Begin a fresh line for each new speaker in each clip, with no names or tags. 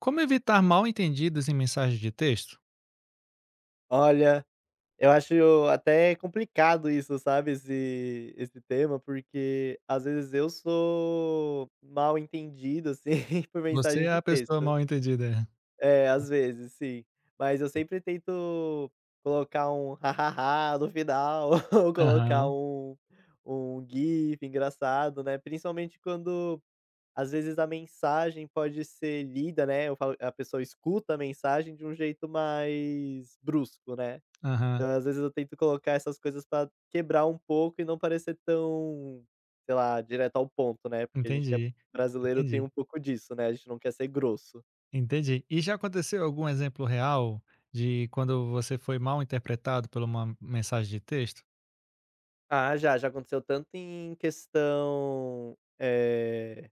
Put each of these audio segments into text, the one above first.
Como evitar mal-entendidos em mensagens de texto?
Olha, eu acho até complicado isso, sabe, esse tema, porque às vezes eu sou mal entendido, assim, por
Você
mensagem
é
de
a pessoa
texto.
mal-entendida.
É, às vezes, sim. Mas eu sempre tento colocar um ha ha no final, ou colocar
Aham,
um gif engraçado, né, principalmente quando, às vezes, a mensagem pode ser lida, né, eu falo a pessoa escuta a mensagem de um jeito mais brusco, né.
aham.
Então, às vezes eu tento colocar essas coisas pra quebrar um pouco e não parecer tão, sei lá, direto ao ponto, né, porque a gente que é
Entendi,
brasileiro tem
entendi,
um pouco disso, né, a gente não quer ser grosso.
entendi. E já aconteceu algum exemplo real de quando você foi mal interpretado por uma mensagem de texto?
Ah, já, já aconteceu tanto em questão,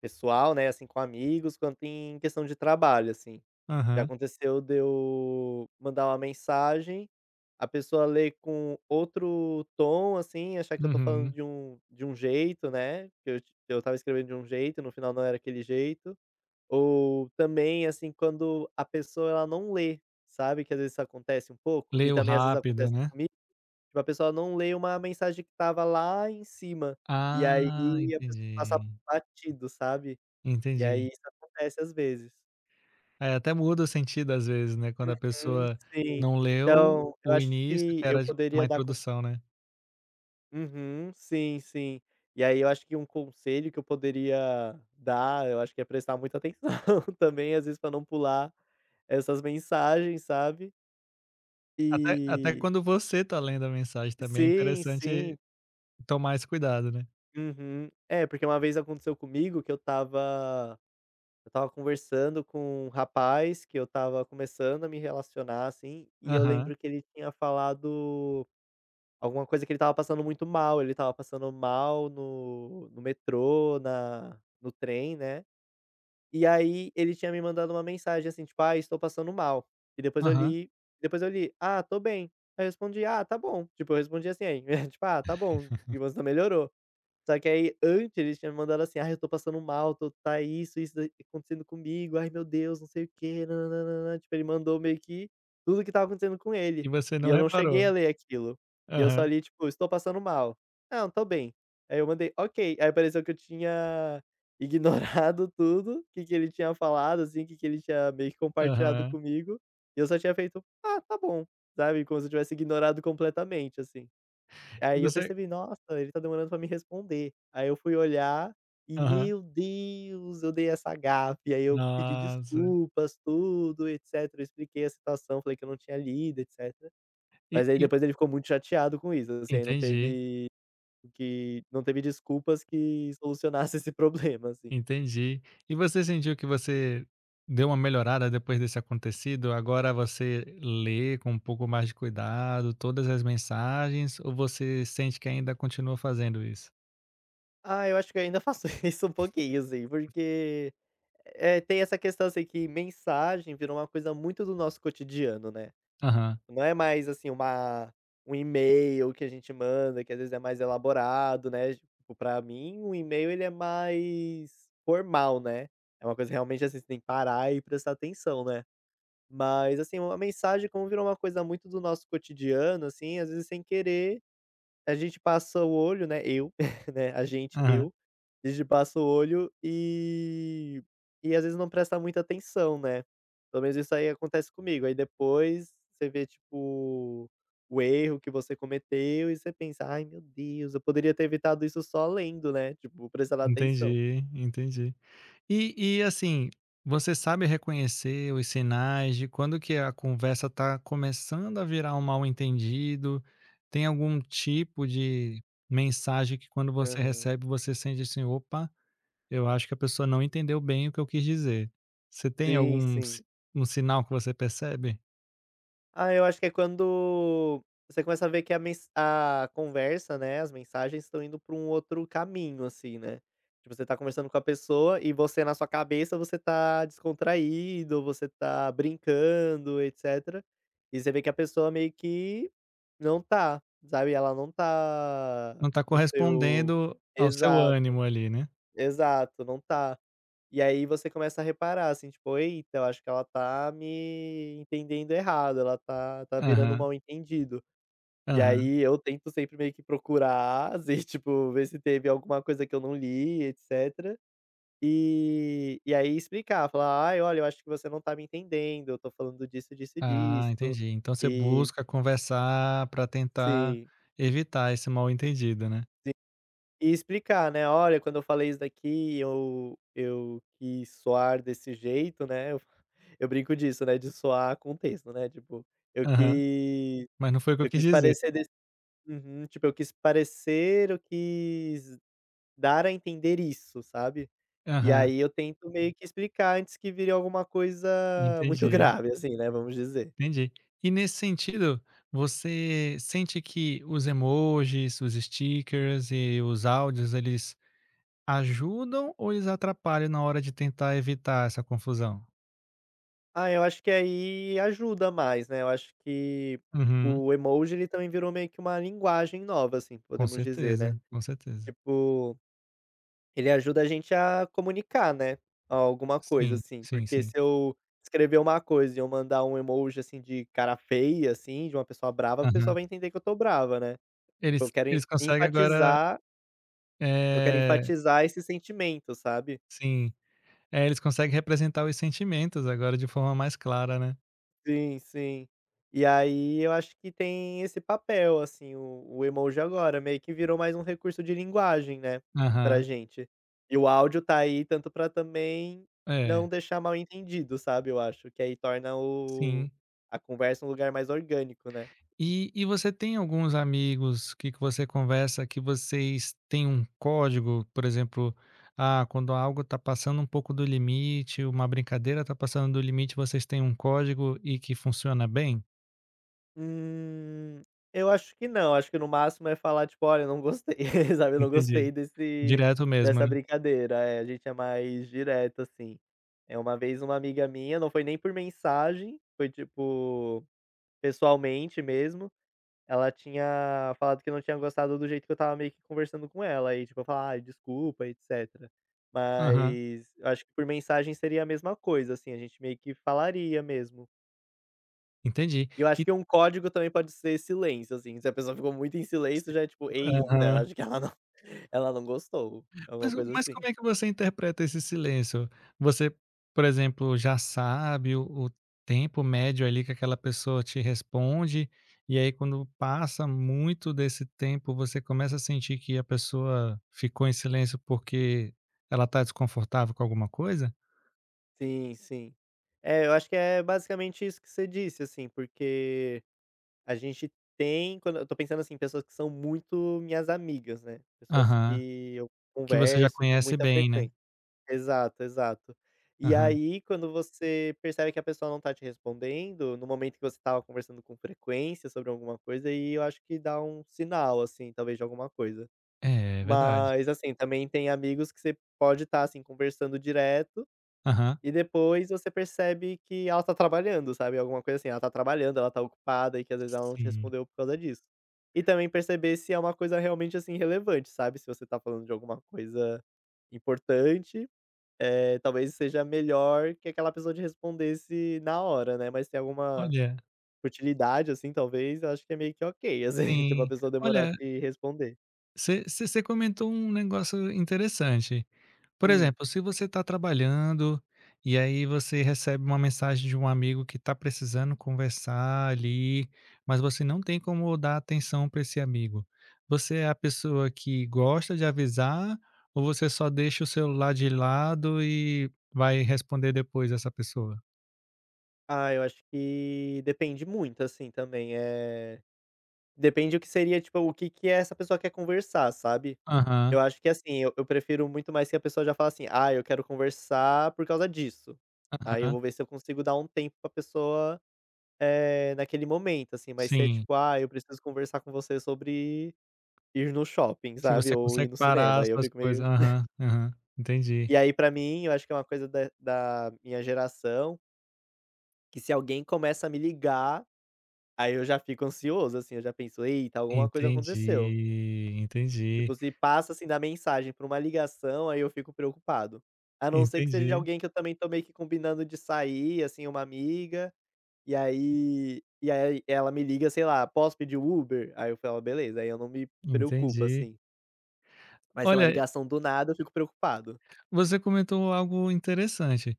pessoal, né, assim, com amigos, quanto em questão de trabalho, assim. Já
Aham,
aconteceu de eu mandar uma mensagem. A pessoa lê com outro tom, assim, achar que eu tô falando
uhum.
de um jeito, né, que eu tava escrevendo de um jeito, no final não era aquele jeito. Ou também, assim, quando a pessoa ela não lê, sabe, que às vezes isso acontece um pouco, e
Leu
também às vezes
rápido,
acontece
né?
comigo, tipo, a pessoa não lê uma mensagem que estava lá em cima, e aí
Ah,
a pessoa passa
entendi,
batido, sabe. E
entendi.
aí isso acontece às vezes.
É, até muda o sentido às vezes, né, quando a
Hum,
pessoa
sim.
não leu
Então, eu
o
acho
início,
que
que
eu
era de uma
poderia dar.
introdução, né?
Uhum, sim, sim. E aí eu acho que um conselho que eu poderia dar, eu acho que é prestar muita atenção também, às vezes, para não pular essas mensagens, sabe.
Até
E
quando você tá lendo a mensagem também é
sim,
interessante
sim.
tomar esse cuidado, né.
Uhum. É, porque uma vez aconteceu comigo que eu estava conversando com um rapaz que eu estava começando a me relacionar, assim, e eu
Aham,
lembro que ele tinha falado alguma coisa, que ele estava passando muito mal, ele estava passando mal no metrô, na no trem, né. E aí ele tinha me mandado uma mensagem assim, tipo: "Ai, estou passando mal". E depois eu
aham.
li depois eu li: "Ah, estou bem". Aí eu respondi: "Ah, tá bom". Tipo, eu respondi assim, aí, tipo: "Ah, tá bom, e você melhorou". Só que aí, antes, eles tinham me mandado assim: "Ai, eu tô passando mal, tô tá isso, isso da acontecendo comigo, ai meu Deus, não sei o quê, nã tipo, ele mandou meio que tudo que estava acontecendo com
E
ele,
você
e
não
eu não cheguei
reparou.
a ler aquilo". E eu só
Aham,
li, tipo: "Estou passando mal". "Não, tô bem". Aí eu mandei: "Ok". Aí pareceu que eu tinha ignorado tudo o que que ele tinha falado, assim, o que que ele tinha meio que compartilhado
aham.
comigo, e eu só tinha feito: "Ah, tá bom", sabe, como se eu tivesse ignorado completamente, assim.
E
Aí eu
você
percebi: "Nossa, ele tá demorando pra me responder". Aí eu fui olhar e,
Aham.
meu Deus, eu dei essa gafe. Aí eu pedi
Nossa.
desculpas, tudo, etcétera. Eu expliquei a situação, falei que eu não tinha lido, etcétera.
E
Mas aí
e
depois ele ficou muito chateado com isso, assim, aí não
entendi,
teve o que não teve desculpas que solucionasse esse problema, assim.
entendi. E você sentiu que você deu uma melhorada depois desse acontecido? Agora você lê com um pouco mais de cuidado todas as mensagens ou você sente que ainda continua fazendo isso?
Ah, eu acho que eu ainda faço isso um pouquinho, assim, porque, tem essa questão, assim, que mensagem virou uma coisa muito do nosso cotidiano, né.
Aham,
Não é mais, assim, uma um e-mail que a gente manda, que às vezes é mais elaborado, né, tipo, pra mim um e-mail ele é mais formal, né, é uma coisa realmente, assim, você tem que parar e prestar atenção, né. Mas, assim, uma mensagem como virou uma coisa muito do nosso cotidiano, assim, às vezes sem querer a gente passa o olho, né, eu, né, a gente,
aham.
eu, a gente passa o olho e às vezes não presta muita atenção, né. Pelo menos isso aí acontece comigo, aí depois você vê, tipo, o erro que você cometeu e você pensa: "Ai meu Deus, eu poderia ter evitado isso só lendo, né", tipo, prestando atenção.
Entendi, entendi. E assim, você sabe reconhecer os sinais de quando que a conversa está começando a virar um mal-entendido? Tem algum tipo de mensagem que quando você
Aham.
recebe, você sente assim: "Opa, eu acho que a pessoa não entendeu bem o que eu quis dizer". Você tem
Sim,
algum
sim.
si um sinal que você percebe?
Ah, eu acho que é quando você começa a ver que a conversa, né, as mensagens estão indo para um outro caminho, assim, né. Tipo, você tá conversando com a pessoa e você na sua cabeça, você tá descontraído, você tá brincando, etcétera. E você vê que a pessoa meio que não tá, sabe, ela não tá
Não está
no seu.
correspondendo ao seu ânimo
Exato.
ali, né?
Exato, não tá. E aí você começa a reparar, assim, tipo: "Eita, eu acho que ela tá me entendendo errado, ela tá virando um
Aham,
mal-entendido". E
aham.
aí eu tento sempre meio que procurar, assim, tipo, ver se teve alguma coisa que eu não li, etcétera. E aí explicar, falar: "Ai, olha, eu acho que você não tá me entendendo, eu tô falando disso, disso e
Ah,
disso".
entendi. Então você
E
busca conversar para tentar
sim.
evitar esse mal-entendido, né?
E explicar, né: "Olha, quando eu falei isso daqui, eu quis soar desse jeito, né". Eu eu brinco disso, né, de soar com texto, né, tipo, eu
Aham,
quis
mas não foi o que eu
eu
quis
quis
dizer.
parecer desse uhum, tipo, eu quis parecer, eu quis dar a entender isso, sabe. E
Aham,
aí eu tento meio que explicar antes que vire alguma coisa muito
entendi,
grave, assim, né, vamos dizer.
entendi. E nesse sentido, você sente que os emojis, os stickers e os áudios eles ajudam ou eles atrapalham na hora de tentar evitar essa confusão?
Ah, eu acho que aí ajuda mais, né, eu acho que
Uhum,
o emoji ele também virou meio que uma linguagem nova, assim,
com
podemos dizer,
certeza,
né.
com certeza.
Tipo, ele ajuda a gente a comunicar, né, alguma coisa,
Sim,
assim,
sim,
porque
sim.
se eu escrever uma coisa e eu mandar um emoji, assim, de cara feia, assim, de uma pessoa brava, a pessoa
Aham.
vai entender que eu tô brava, né. Tipo,
Eles
eu quero en
eles conseguem agora,
enfatizar eu quero
eh,
enfatizar esse sentimento, sabe.
sim, eles conseguem representar os sentimentos agora de forma mais clara, né.
Sim, sim. E aí eu acho que tem esse papel, assim, o emoji agora, meio que virou mais um recurso de linguagem, né, pra
Aham,
gente. E o áudio tá aí tanto pra também não
é,
deixar mal entendido, sabe, eu acho, que aí torna o
sim.
a conversa um lugar mais orgânico, né.
E você tem alguns amigos que você conversa que vocês têm um código, por exemplo, ah, quando algo está passando um pouco do limite, uma brincadeira está passando do limite, vocês têm um código e que funciona bem?
Hum, eu acho que não, acho que no máximo é falar tipo: "Olha, eu não gostei", sabe, "eu não
Entendi.
gostei desse
Direto mesmo,
dessa
né?
brincadeira". É, a gente é mais direto, assim. É uma vez uma amiga minha, não foi nem por mensagem, foi tipo, pessoalmente mesmo, ela tinha falado que não tinha gostado do jeito que eu estava meio que conversando com ela, aí tipo eu falar: "Ai, desculpa", etcétera.
Aham,
Mas eu acho que por mensagem seria a mesma coisa, assim, a gente meio que falaria mesmo.
entendi.
E eu acho
E
que um código também pode ser silêncio, assim, se a pessoa ficou muito em silêncio
Sim.
já é tipo: "Eita, eu
Aham.
acho que ela não ela não gostou", alguma
Mas
coisa
mas como
assim.
é que você interpreta esse silêncio? Você, por exemplo, já sabe o tempo médio ali que aquela pessoa te responde, e aí quando passa muito desse tempo, você começa a sentir que a pessoa ficou em silêncio porque ela está desconfortável com alguma coisa?
Sim, sim. É, eu acho que é basicamente isso que você disse, assim, porque a gente tem quando eu tô pensando, assim, pessoas que são muito minhas amigas, né, pessoas
Aham.
que eu
Que você já
converso com
conhece
muita
bem, né.
frequência. Exato, exato. E
Aham.
aí, quando você percebe que a pessoa não tá te respondendo, no momento que você estava conversando com frequência sobre alguma coisa, aí eu acho que dá um sinal, assim, talvez de alguma coisa.
É, verdade.
Mas, assim, também tem amigos que você pode estar, assim, conversando direto
Aham.
e depois você percebe que ela tá trabalhando, sabe, alguma coisa assim, ela tá trabalhando, ela tá ocupada e que às vezes ela não te
Sim.
respondeu por causa disso. E também perceber se é uma coisa realmente, assim, relevante, sabe, se você tá falando de alguma coisa importante, talvez seja melhor que aquela pessoa te respondesse na hora, né, mas tem alguma
Olha
futilidade, assim, talvez, eu acho que é meio que ok, assim, tipo, a
Sim.
pessoa demorar a
Olha,
te responder.
você comentou um negócio interessante. Por
Hum.
exemplo, se você está trabalhando e aí você recebe uma mensagem de um amigo que está precisando conversar ali, mas você não tem como dar atenção para esse amigo. Você é a pessoa que gosta de avisar ou você só deixa o celular de lado e vai responder depois essa pessoa?
Ah, eu acho que depende muito, assim, também, depende o que seria, tipo, o que que essa pessoa quer conversar, sabe.
Aham,
Eu acho que, assim, eu prefiro muito mais que a pessoa já fala assim: "Ah, eu quero conversar por causa disso". Aí eu
aham,
vou ver se eu consigo dar um tempo pra pessoa. Naquele momento, assim, mas se é
sim.
tipo: "Ah, eu preciso conversar com você sobre ir no shopping",
Se
sabe,
você
ou ir
consegue
no
parar
cinema,
as
aí eu
suas
fico
coisas.
meio.
Aham, aham, entendi.
E aí pra mim, eu acho que é uma coisa da minha geração, que se alguém começa a me ligar, aí eu já fico ansioso, assim, eu já penso: "Eita, alguma coisa aconteceu".
Entendi, entendi,
Tipo, se passa, assim, da mensagem pra uma ligação, aí eu fico preocupado. A não ser que seja
entendi,
alguém que eu também tô meio que combinando de sair, assim, uma amiga. E aí ela me liga, sei lá: "Posso pedir o Uber?" Aí eu falo: "Beleza", aí eu não me preocupo,
entendi.
assim. Mas se é uma
Olha,
ligação do nada, eu fico preocupado.
você comentou algo interessante.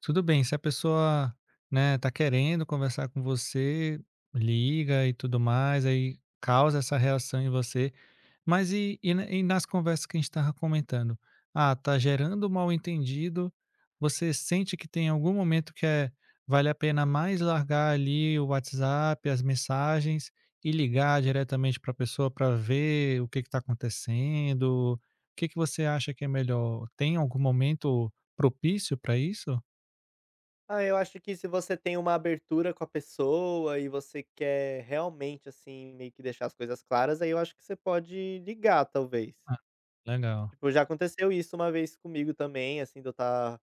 Tudo bem, se a pessoa, né, tá querendo conversar com você, liga e tudo mais, aí causa essa reação em você. Mas e na e nas conversas que a gente estava comentando? Ah, tá gerando um mal-entendido, você sente que tem algum momento que vale a pena mais largar ali o WhatsApp, as mensagens e ligar diretamente para a pessoa para ver o que está acontecendo? O que que você acha que é melhor? Tem algum momento propício para isso?
Ah, eu acho que se você tem uma abertura com a pessoa e você quer realmente, assim, meio que deixar as coisas claras, aí eu acho que você pode ligar, talvez.
Ah, legal,
Tipo, já aconteceu isso uma vez comigo também, assim, de eu estar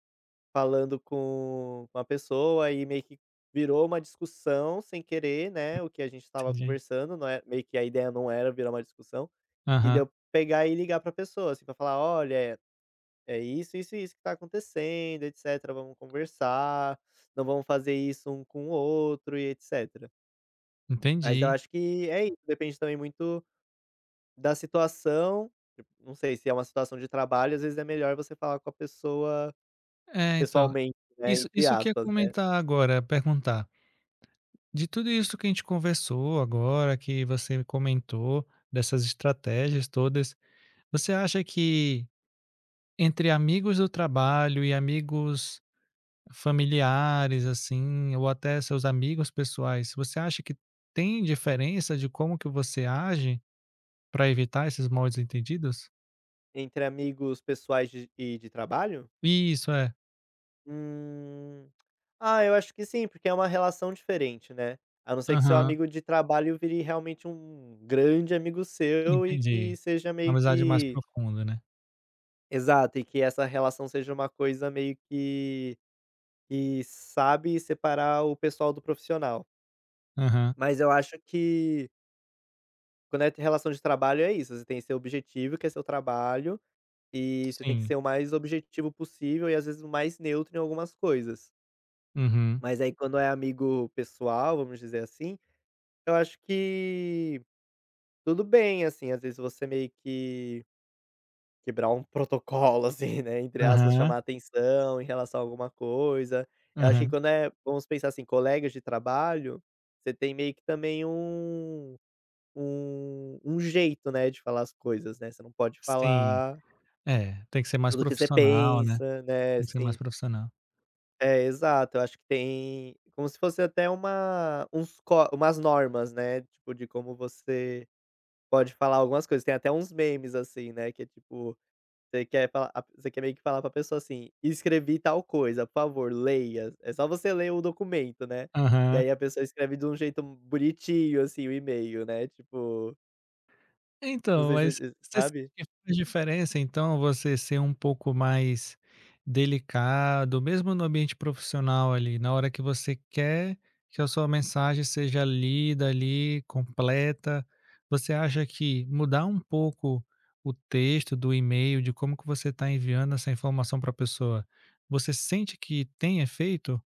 falando com a pessoa e meio que virou uma discussão sem querer, né, o que a gente estava
entendi.
conversando, não é meio que a ideia não era virar uma discussão. E de
Aham,
eu pegar e ligar pra pessoa, assim, pra falar: "Olha, é isso, isso e isso que tá acontecendo, etcétera. Vamos conversar, não vamos fazer isso um com o outro e etcétera". Mas eu
entendi.
acho que é isso, depende também muito da situação, tipo, não sei, se é uma situação de trabalho, às vezes é melhor você falar com a pessoa
É, então,
pessoalmente, né,
isso
entre
isso que eu ia
aspas, né.
comentar agora, é perguntar. De tudo isso que a gente conversou agora, que você comentou, dessas estratégias todas, você acha que entre amigos do trabalho e amigos familiares, assim, ou até seus amigos pessoais, você acha que tem diferença de como que você age para evitar esses moldes entendidos?
Entre amigos pessoais de e de trabalho.
Isso, é.
Hum. Ah, eu acho que sim, porque é uma relação diferente, né. A não ser que seu
Aham,
amigo de trabalho vire realmente um grande amigo seu e
entendi.
que seja
Uma
meio
amizade mais
que
profunda, né.
exato, e que essa relação seja uma coisa meio que sabe separar o pessoal do profissional.
Aham,
Mas eu acho que quando é relação de trabalho é isso, você tem seu objetivo, que é seu trabalho, e você tem que
sim.
ser o mais objetivo possível e às vezes o mais neutro em algumas coisas.
Uhum.
Mas aí quando é amigo pessoal, vamos dizer assim, eu acho que tudo bem, assim, às vezes você meio que quebrar um protocolo, assim, né, entre aspas,
Aham,
chamar atenção em relação a alguma coisa. Eu acho que
aham.
quando é, vamos pensar assim, colegas de trabalho, você tem meio que também um jeito, né, de falar as coisas, né, você não pode
Sim.
falar
É, tem que ser mais
tudo que você
profissional, né,
pensa, né,
tem que ser mais
assim.
profissional.
É, exato. Eu acho que tem como se fosse até uma uns có umas normas, né, tipo, de como você pode falar algumas coisas. Tem até uns memes, assim, né, que é tipo, você quer meio que falar pra pessoa assim: "Escrevi tal coisa, por favor, leia". É só você ler o documento, né. E
Aham.
aí a pessoa escreve de um jeito bonitinho, assim, o e-mail, né, tipo, não
Então,
sei se
mas
você
você sente
sabe?
que faz diferença, então, você ser um pouco mais delicado, mesmo no ambiente profissional ali, na hora que você quer que a sua mensagem seja lida ali, completa, você acha que mudar um pouco o texto do e-mail, de como que você está enviando essa informação para a pessoa, você sente que tem efeito?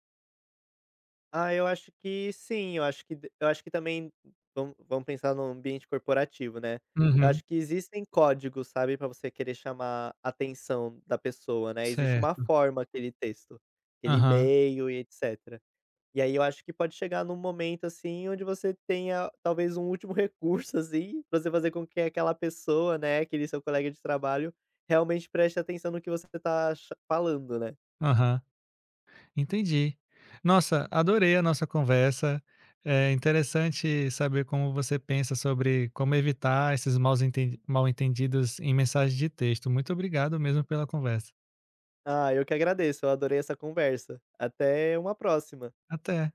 Ah, eu acho que sim, eu acho que também vamos pensar no ambiente corporativo, né. Eu
Uhum.
acho que existem códigos, sabe, para você querer chamar a atenção da pessoa, né. Existe uma
Certo.
forma aquele texto, aquele
Aham,
e-mail e etcétera. E aí eu acho que pode chegar num momento, assim, onde você tenha talvez um último recurso, assim, pra você fazer com que aquela pessoa, né, aquele seu colega de trabalho, realmente preste atenção no que você tá cha falando, né.
aham. Entendi. Nossa, adorei a nossa conversa. É interessante saber como você pensa sobre como evitar esses maus enten mal entendidos em mensagens de texto. Muito obrigado mesmo pela conversa.
Ah, eu que agradeço, eu adorei essa conversa. Até uma próxima.
Até.